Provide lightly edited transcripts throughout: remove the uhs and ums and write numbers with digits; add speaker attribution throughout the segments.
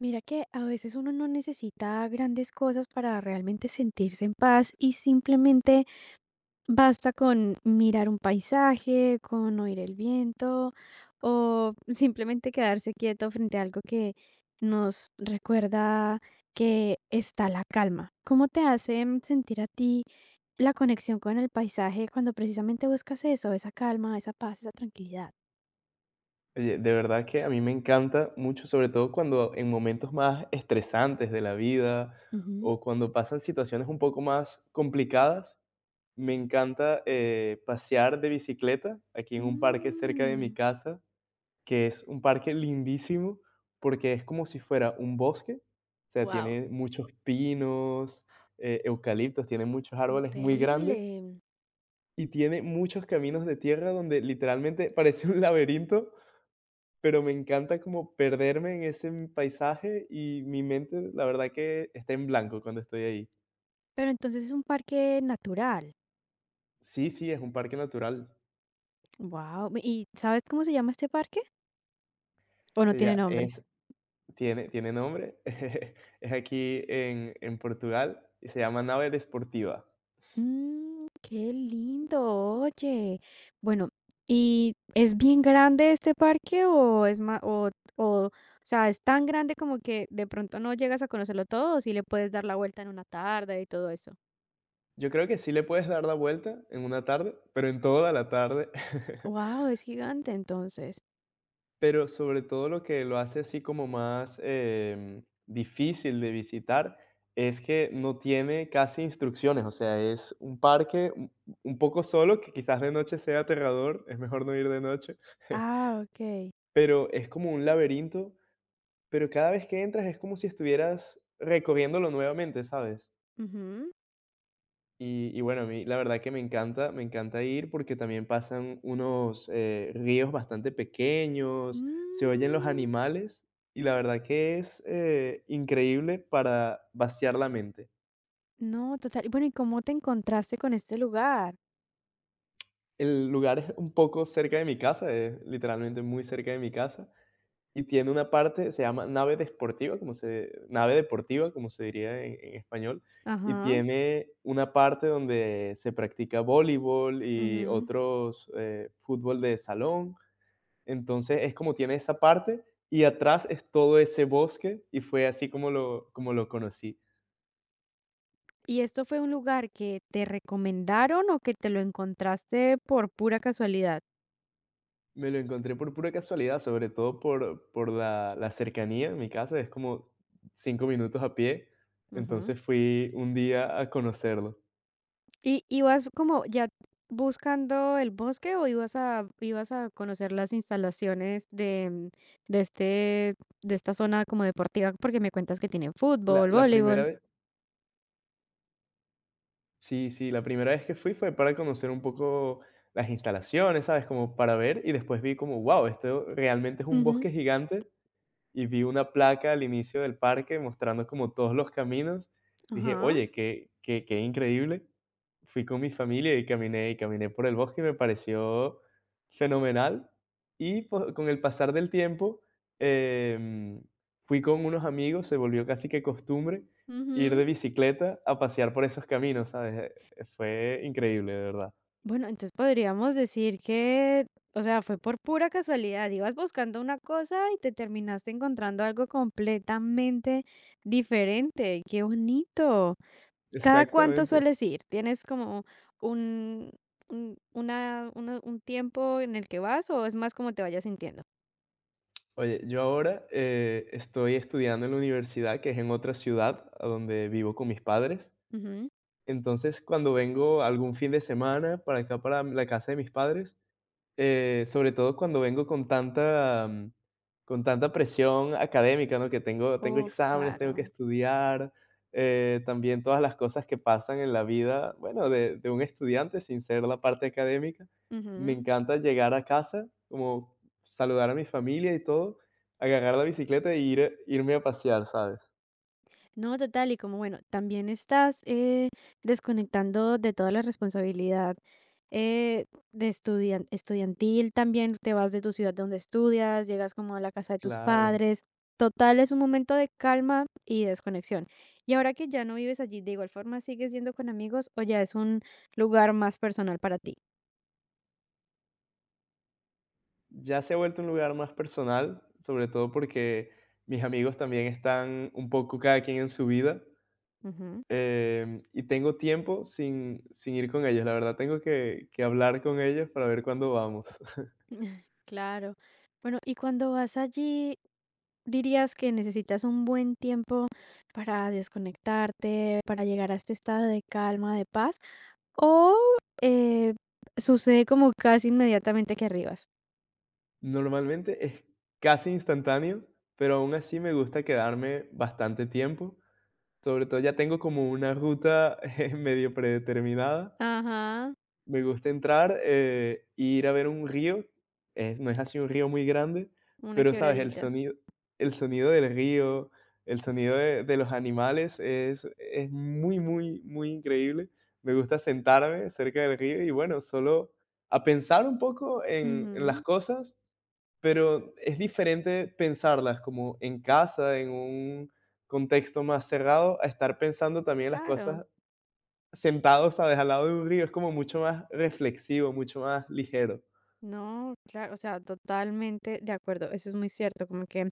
Speaker 1: Mira que a veces uno no necesita grandes cosas para realmente sentirse en paz y simplemente basta con mirar un paisaje, con oír el viento o simplemente quedarse quieto frente a algo que nos recuerda que está la calma. ¿Cómo te hace sentir a ti la conexión con el paisaje cuando precisamente buscas eso, esa calma, esa paz, esa tranquilidad?
Speaker 2: Oye, de verdad que a mí me encanta mucho, sobre todo cuando en momentos más estresantes de la vida
Speaker 1: Ujú.
Speaker 2: o cuando pasan situaciones un poco más complicadas, me encanta pasear de bicicleta aquí en un parque cerca de mi
Speaker 1: Mm,
Speaker 2: casa, que es un parque lindísimo porque es como si fuera un bosque, o sea,
Speaker 1: wow,
Speaker 2: tiene muchos pinos, eucaliptos, tiene muchos árboles muy grandes
Speaker 1: increíble.
Speaker 2: y tiene muchos caminos de tierra donde literalmente parece un laberinto pero me encanta como perderme en ese paisaje y mi mente, la verdad que está en blanco cuando estoy ahí.
Speaker 1: Pero entonces es un parque natural.
Speaker 2: Sí, sí, es un parque natural.
Speaker 1: Wow. ¿Y sabes cómo se llama este parque? ¿O no tiene nombre?
Speaker 2: Es, tiene nombre. Es aquí en Portugal y se llama Nave Desportiva.
Speaker 1: Mm, qué lindo, oye. Bueno, ¿y es bien grande este parque o es más, o sea, es tan grande como que de pronto no llegas a conocerlo todo, o si le puedes dar la vuelta en una tarde y todo eso?
Speaker 2: Yo creo que sí le puedes dar la vuelta en una tarde, pero en toda la tarde.
Speaker 1: Wow, es gigante entonces.
Speaker 2: Pero sobre todo lo que lo hace así como más, difícil de visitar es que no tiene casi instrucciones, o sea, es un parque un poco solo, que quizás de noche sea aterrador, es mejor no ir de noche.
Speaker 1: Ah, ok.
Speaker 2: Pero es como un laberinto, pero cada vez que entras es como si estuvieras recorriéndolo nuevamente, ¿sabes?
Speaker 1: Ujú.
Speaker 2: Y bueno, a mí la verdad que me encanta ir porque también pasan unos ríos bastante pequeños, se oyen los
Speaker 1: Mm,
Speaker 2: animales y la verdad que es increíble para vaciar la mente.
Speaker 1: no, total. Y bueno, ¿y cómo te encontraste con este lugar?
Speaker 2: El lugar es un poco cerca de mi casa, es literalmente muy cerca de mi casa. Y tiene una parte, se llama nave deportiva, como se nave deportiva, como se diría en español, y
Speaker 1: Ajá.
Speaker 2: tiene una parte donde se practica voleibol y
Speaker 1: Ujú.
Speaker 2: otros, fútbol de salón. Entonces, es como tiene esa parte y atrás es todo ese bosque, y fue así como lo conocí.
Speaker 1: ¿Y esto fue un lugar que te recomendaron o que te lo encontraste por pura casualidad?
Speaker 2: Me lo encontré por pura casualidad, sobre todo por la cercanía. En mi casa es como 5 minutos a pie,
Speaker 1: Ujú.
Speaker 2: entonces fui un día a conocerlo.
Speaker 1: ¿Y ibas como ya buscando el bosque o ibas a conocer las instalaciones de, mm, de este de esta zona como deportiva? Porque me cuentas que tienen fútbol,
Speaker 2: La primera
Speaker 1: voleibol.
Speaker 2: vez, sí, sí, la primera vez que fui fue para conocer un poco las instalaciones, ¿sabes? Como para ver, y después vi como, wow, esto realmente es un bosque
Speaker 1: Ujú,
Speaker 2: gigante y vi una placa al inicio del parque mostrando como todos los caminos. Dije:
Speaker 1: ajá.
Speaker 2: "Oye, qué qué qué increíble". Fui con mi familia y caminé por el bosque y me pareció fenomenal. Y po con el pasar del tiempo, em, fui con unos amigos, se volvió casi que costumbre ir de
Speaker 1: Ujú.
Speaker 2: bicicleta a pasear por esos caminos, ¿sabes? Fue increíble, de verdad.
Speaker 1: Bueno, entonces podríamos decir que, o sea, fue por pura casualidad, ibas buscando una cosa y te terminaste encontrando algo completamente diferente. Qué bonito. ¿Cada cuánto
Speaker 2: Exactamente.
Speaker 1: sueles ir? ¿Tienes como un, un tiempo en el que vas o es más como te vayas sintiendo?
Speaker 2: Oye, yo ahora estoy estudiando en la universidad, que es en otra ciudad, a donde vivo con mis padres.
Speaker 1: Ujú.
Speaker 2: Entonces, cuando vengo algún fin de semana para acá, para la casa de mis padres, sobre todo cuando vengo con tanta, con tanta presión académica, ¿no? Que tengo
Speaker 1: Uf,
Speaker 2: exámenes, tengo que
Speaker 1: claro.
Speaker 2: estudiar, también todas las cosas que pasan en la vida, bueno, de un estudiante sin ser la parte académica. Me
Speaker 1: Ujú.
Speaker 2: encanta llegar a casa, como saludar a mi familia y todo, agarrar la bicicleta e ir irme a pasear, ¿sabes?
Speaker 1: No, total, y como bueno, también estás desconectando de toda la responsabilidad eh, de estudiantil, también te vas de tu ciudad donde estudias, llegas como a la casa de tus
Speaker 2: Claro.
Speaker 1: padres. Total, es un momento de calma y desconexión. Y ahora que ya no vives allí, de igual forma, ¿sigues yendo con amigos o ya es un lugar más personal para ti?
Speaker 2: Ya se ha vuelto un lugar más personal, sobre todo porque mis amigos también están un poco cada quien en su vida. Y tengo tiempo sin ir con ellos, la verdad tengo que hablar con ellos para ver cuándo vamos.
Speaker 1: Claro. Bueno, y cuando vas allí, ¿dirías que necesitas un buen tiempo para desconectarte, para llegar a este estado de calma, de paz? ¿O eh, sucede como casi inmediatamente que arribas?
Speaker 2: Normalmente es casi instantáneo, pero aún así me gusta quedarme bastante tiempo. Sobre todo ya tengo como una ruta medio predeterminada.
Speaker 1: Ajá,
Speaker 2: Me gusta entrar, ir a ver un río, no es así un río muy grande,
Speaker 1: una
Speaker 2: pero, ¿sabes? El
Speaker 1: quebradita.
Speaker 2: sonido, del río, el sonido de los animales es muy, muy, muy increíble. Me gusta sentarme cerca del río y, bueno, solo a pensar un poco en las
Speaker 1: Ujú,
Speaker 2: cosas, pero es diferente pensarlas como en casa, en un contexto más cerrado, a estar pensando también las
Speaker 1: claro.
Speaker 2: cosas sentado, ¿sabes? Al lado de un río es como mucho más reflexivo, mucho más ligero.
Speaker 1: No, claro, o sea, totalmente de acuerdo, eso es muy cierto, como que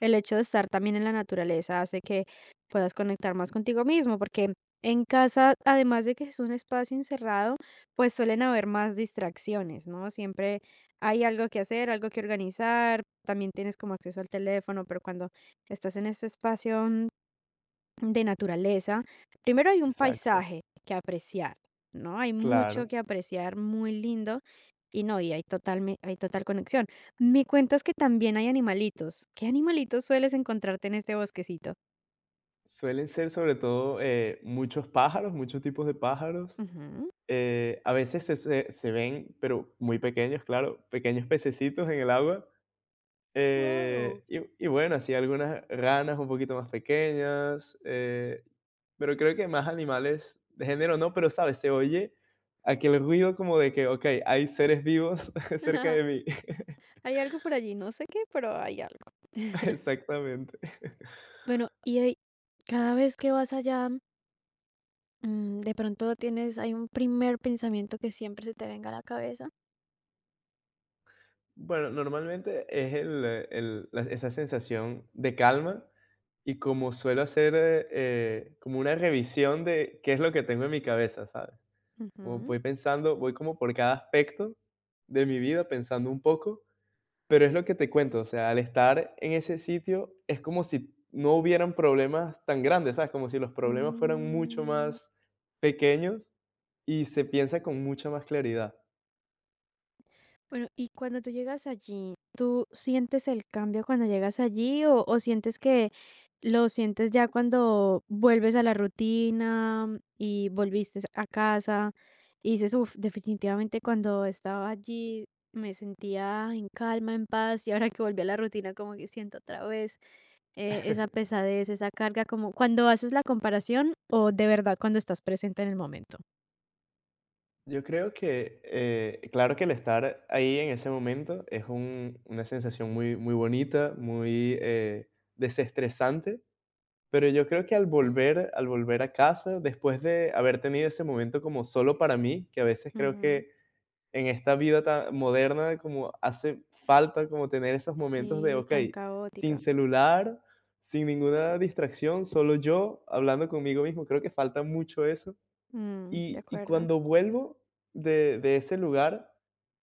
Speaker 1: el hecho de estar también en la naturaleza hace que puedas conectar más contigo mismo, porque en casa, además de que es un espacio encerrado, pues suelen haber más distracciones, ¿no? Siempre hay algo que hacer, algo que organizar, también tienes como acceso al teléfono, pero cuando estás en este espacio de naturaleza, primero hay un
Speaker 2: Exacto,
Speaker 1: paisaje que apreciar, ¿no? Hay mucho
Speaker 2: claro.
Speaker 1: que apreciar, muy lindo, y no, y hay total, hay total conexión. Me cuentas que también hay animalitos. ¿Qué animalitos sueles encontrarte en este bosquecito?
Speaker 2: Suelen ser sobre todo, muchos pájaros, muchos tipos de pájaros.
Speaker 1: Ujú.
Speaker 2: A veces se ven, pero muy pequeños, claro, pequeños pececitos en el agua.
Speaker 1: Wow.
Speaker 2: Bueno, así algunas ranas un poquito más pequeñas, pero creo que más animales de género no, pero, ¿sabes? Se oye aquel ruido como de que, okey, hay seres vivos cerca de mí.
Speaker 1: Hay algo por allí, no sé qué, pero hay algo.
Speaker 2: Exactamente.
Speaker 1: Bueno, y cada vez que vas allá, de pronto tienes, hay un primer pensamiento que siempre se te venga a la cabeza.
Speaker 2: Bueno, normalmente es esa sensación de calma y como suelo hacer como una revisión de qué es lo que tengo en mi cabeza, ¿sabes? Como
Speaker 1: Ujú.
Speaker 2: voy pensando, voy como por cada aspecto de mi vida pensando un poco, pero es lo que te cuento, o sea, al estar en ese sitio es como si no hubieran problemas tan grandes, ¿sabes? Como si los problemas fueran mucho
Speaker 1: Mm,
Speaker 2: más pequeños y se piensa con mucha más claridad.
Speaker 1: Bueno, y cuando tú llegas allí, ¿tú sientes el cambio cuando llegas allí o sientes que lo sientes ya cuando vuelves a la rutina y volviste a casa y dices, uff, definitivamente cuando estaba allí me sentía en calma, en paz y ahora que volví a la rutina como que siento otra vez esa pesadez, esa carga, como cuando haces la comparación o de verdad cuando estás presente en el momento?
Speaker 2: Yo creo que, claro que el estar ahí en ese momento es una sensación muy, muy bonita, muy desestresante, pero yo creo que al volver a casa, después de haber tenido ese momento como solo para mí, que a veces creo
Speaker 1: Ujú.
Speaker 2: que en esta vida tan moderna como hace falta como tener esos momentos de,
Speaker 1: Sí,
Speaker 2: ok,
Speaker 1: tan caótica.
Speaker 2: sin celular, sin ninguna distracción, solo yo hablando conmigo mismo, creo que falta mucho eso.
Speaker 1: Mm, de
Speaker 2: Y
Speaker 1: acuerdo.
Speaker 2: cuando vuelvo de ese lugar,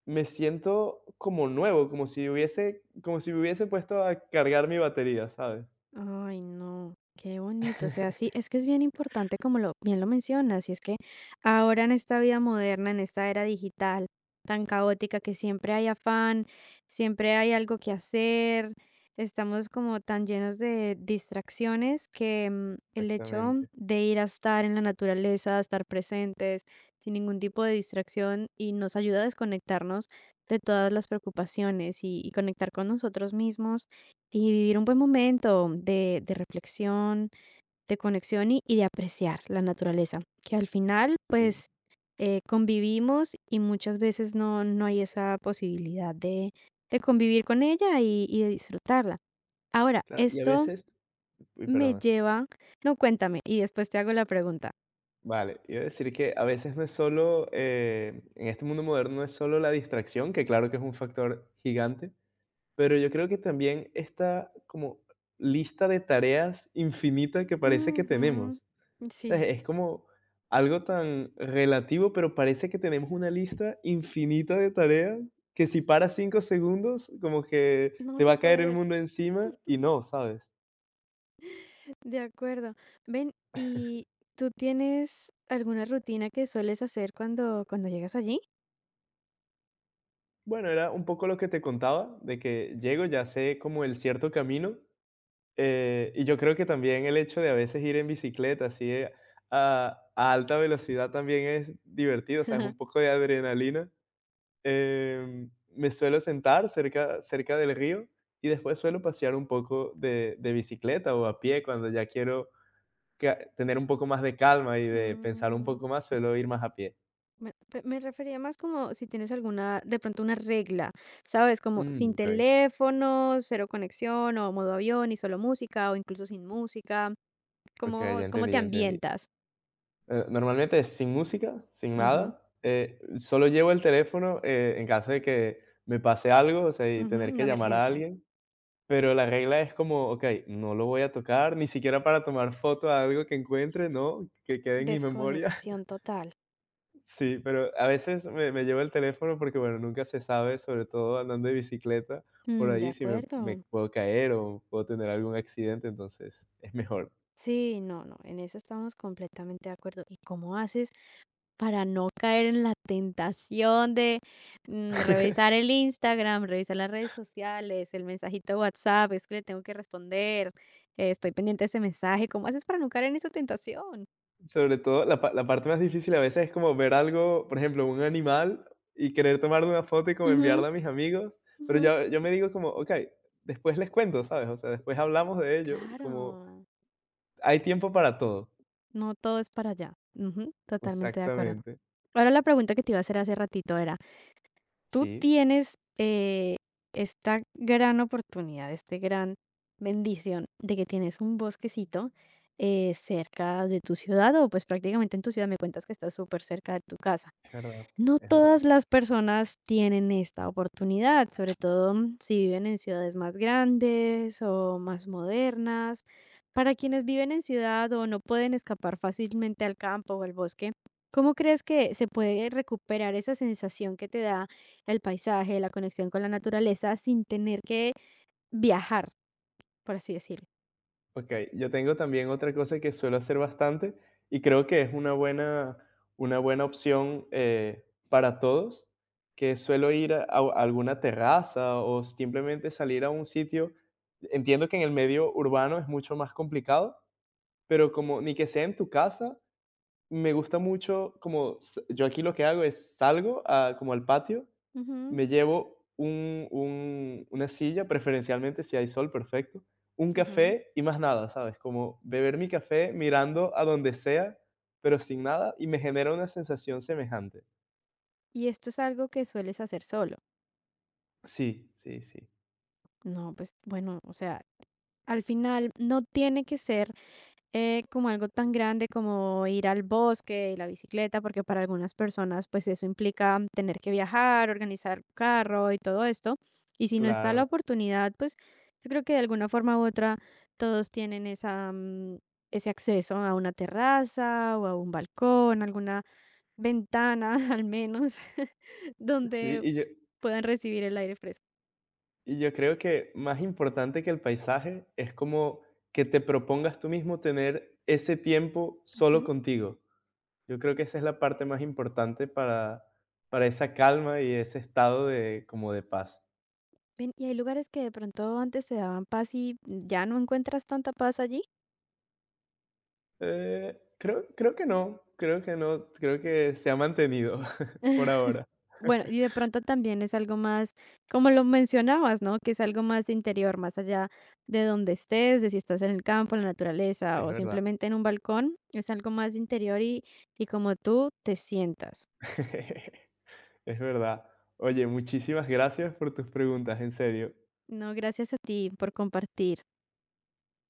Speaker 2: me siento como nuevo, como si hubiese, como si me hubiese puesto a cargar mi batería, ¿sabes?
Speaker 1: Ay, no, qué bonito. O sea, sí, es que es bien importante como lo bien lo mencionas, y es que ahora en esta vida moderna, en esta era digital tan caótica que siempre hay afán, siempre hay algo que hacer, estamos como tan llenos de distracciones que el hecho
Speaker 2: Exactamente,
Speaker 1: de ir a estar en la naturaleza, estar presentes, sin ningún tipo de distracción, y nos ayuda a desconectarnos de todas las preocupaciones y conectar con nosotros mismos y vivir un buen momento de reflexión, de conexión y de apreciar la naturaleza, que al final,
Speaker 2: sí.
Speaker 1: pues, convivimos y muchas veces no hay esa posibilidad de convivir con ella y de disfrutarla. Ahora,
Speaker 2: Claro, y a
Speaker 1: esto
Speaker 2: veces uy,
Speaker 1: me
Speaker 2: perdona.
Speaker 1: lleva no, cuéntame y después te hago la pregunta.
Speaker 2: Vale, iba a decir que a veces no es solo, en este mundo moderno no es solo la distracción, que claro que es un factor gigante, pero yo creo que también esta como lista de tareas infinita que parece que
Speaker 1: Ujú.
Speaker 2: tenemos.
Speaker 1: Sí,
Speaker 2: Es como algo tan relativo, pero parece que tenemos una lista infinita de tareas que si paras 5 segundos, como que
Speaker 1: no
Speaker 2: te
Speaker 1: vas
Speaker 2: va
Speaker 1: a
Speaker 2: a caer el
Speaker 1: poder.
Speaker 2: mundo encima y no, ¿sabes?
Speaker 1: De acuerdo. Ven, ¿y tú tienes alguna rutina que sueles hacer cuando llegas allí?
Speaker 2: Bueno, era un poco lo que te contaba, de que llego, ya sé como el cierto camino, y yo creo que también el hecho de a veces ir en bicicleta, así a alta velocidad también es divertido, o sea, es un poco de adrenalina. Me suelo sentar cerca del río y después suelo pasear un poco de bicicleta o a pie cuando ya quiero ca tener un poco más de calma y de pensar un
Speaker 1: Mm,
Speaker 2: poco más, suelo ir más a pie.
Speaker 1: me refería más como si tienes alguna, de pronto una regla, ¿sabes? Como sin
Speaker 2: Okey,
Speaker 1: teléfono, cero conexión o modo avión y solo música o incluso sin música.
Speaker 2: okey,
Speaker 1: ¿Cómo,
Speaker 2: ya
Speaker 1: cómo
Speaker 2: entendí,
Speaker 1: te
Speaker 2: ya entendí.
Speaker 1: ambientas?
Speaker 2: Normalmente es sin música, sin
Speaker 1: Ujú,
Speaker 2: nada, solo llevo el teléfono, en caso de que me pase algo, o sea, y
Speaker 1: ujú,
Speaker 2: tener que
Speaker 1: una
Speaker 2: llamar a
Speaker 1: emergencia.
Speaker 2: alguien, pero la regla es como, okey, no lo voy a tocar, ni siquiera para tomar foto a algo que encuentre, no, que quede en mi memoria.
Speaker 1: Desconexión total.
Speaker 2: Sí, pero a veces me llevo el teléfono porque, bueno, nunca se sabe, sobre todo andando de bicicleta, por
Speaker 1: Mm, de
Speaker 2: ahí si me
Speaker 1: acuerdo.
Speaker 2: puedo caer o puedo tener algún accidente, entonces es mejor.
Speaker 1: Sí, no, no, en eso estamos completamente de acuerdo. ¿Y cómo haces? Para no caer en la tentación de, revisar el Instagram, revisar las redes sociales, el mensajito de WhatsApp, es que le tengo que responder, estoy pendiente de ese mensaje, ¿cómo haces para no caer en esa tentación?
Speaker 2: Sobre todo, la parte más difícil a veces es como ver algo, por ejemplo, un animal y querer tomarle una foto y como
Speaker 1: Ujú,
Speaker 2: enviarla a mis amigos, pero
Speaker 1: ujú,
Speaker 2: yo me digo como, ok, después les cuento, ¿sabes? O sea, después hablamos de ello, como
Speaker 1: claro,
Speaker 2: hay tiempo para todo.
Speaker 1: no todo es para allá. Ujú, totalmente de acuerdo.
Speaker 2: Exactamente.
Speaker 1: Ahora la pregunta que te iba a hacer hace ratito era, ¿tú
Speaker 2: Sí,
Speaker 1: tienes esta gran oportunidad, este gran bendición de que tienes un bosquecito cerca de tu ciudad o pues prácticamente en tu ciudad me cuentas que estás súper cerca de tu casa.
Speaker 2: es verdad,
Speaker 1: No
Speaker 2: es verdad.
Speaker 1: todas las personas tienen esta oportunidad, sobre todo si viven en ciudades más grandes o más modernas. Para quienes viven en ciudad o no pueden escapar fácilmente al campo o al bosque, ¿cómo crees que se puede recuperar esa sensación que te da el paisaje, la conexión con la naturaleza, sin tener que viajar, por así decirlo?
Speaker 2: Ok, yo tengo también otra cosa que suelo hacer bastante y creo que es una buena opción para todos, que suelo ir a alguna terraza o simplemente salir a un sitio. Entiendo que en el medio urbano es mucho más complicado, pero como ni que sea en tu casa, me gusta mucho como s yo aquí lo que hago es salgo a como al patio,
Speaker 1: Ujú,
Speaker 2: me llevo un una silla, preferencialmente si hay sol, perfecto, un
Speaker 1: ujú.
Speaker 2: café y más nada, ¿sabes? Como beber mi café mirando a donde sea, pero sin nada, y me genera una sensación semejante.
Speaker 1: Y esto es algo que sueles hacer solo.
Speaker 2: Sí, sí, sí,
Speaker 1: No, pues bueno, o sea, al final no tiene que ser como algo tan grande como ir al bosque y la bicicleta, porque para algunas personas pues eso implica tener que viajar, organizar carro y todo esto. Y si no está la
Speaker 2: claro.
Speaker 1: oportunidad, pues yo creo que de alguna forma u otra todos tienen ese acceso a una terraza o a un balcón, alguna ventana al menos,
Speaker 2: Sí,
Speaker 1: donde puedan recibir el aire fresco.
Speaker 2: y yo creo que más importante que el paisaje es como que te propongas tú mismo tener ese tiempo solo
Speaker 1: Ujú.
Speaker 2: contigo. Yo creo que esa es la parte más importante para esa calma y ese estado de, como de paz.
Speaker 1: Ven, ¿y hay lugares que de pronto antes se daban paz y ya no encuentras tanta paz allí?
Speaker 2: Creo que no, creo que no, creo que se ha mantenido por ahora.
Speaker 1: Bueno, y de pronto también es algo más, como lo mencionabas, ¿no? Que es algo más interior, más allá de donde estés, de si estás en el campo, en la naturaleza
Speaker 2: Es
Speaker 1: o
Speaker 2: verdad,
Speaker 1: simplemente en un balcón, es algo más interior y como tú te sientas.
Speaker 2: es verdad. Oye, muchísimas gracias por tus preguntas, en serio.
Speaker 1: No, gracias a ti por compartir.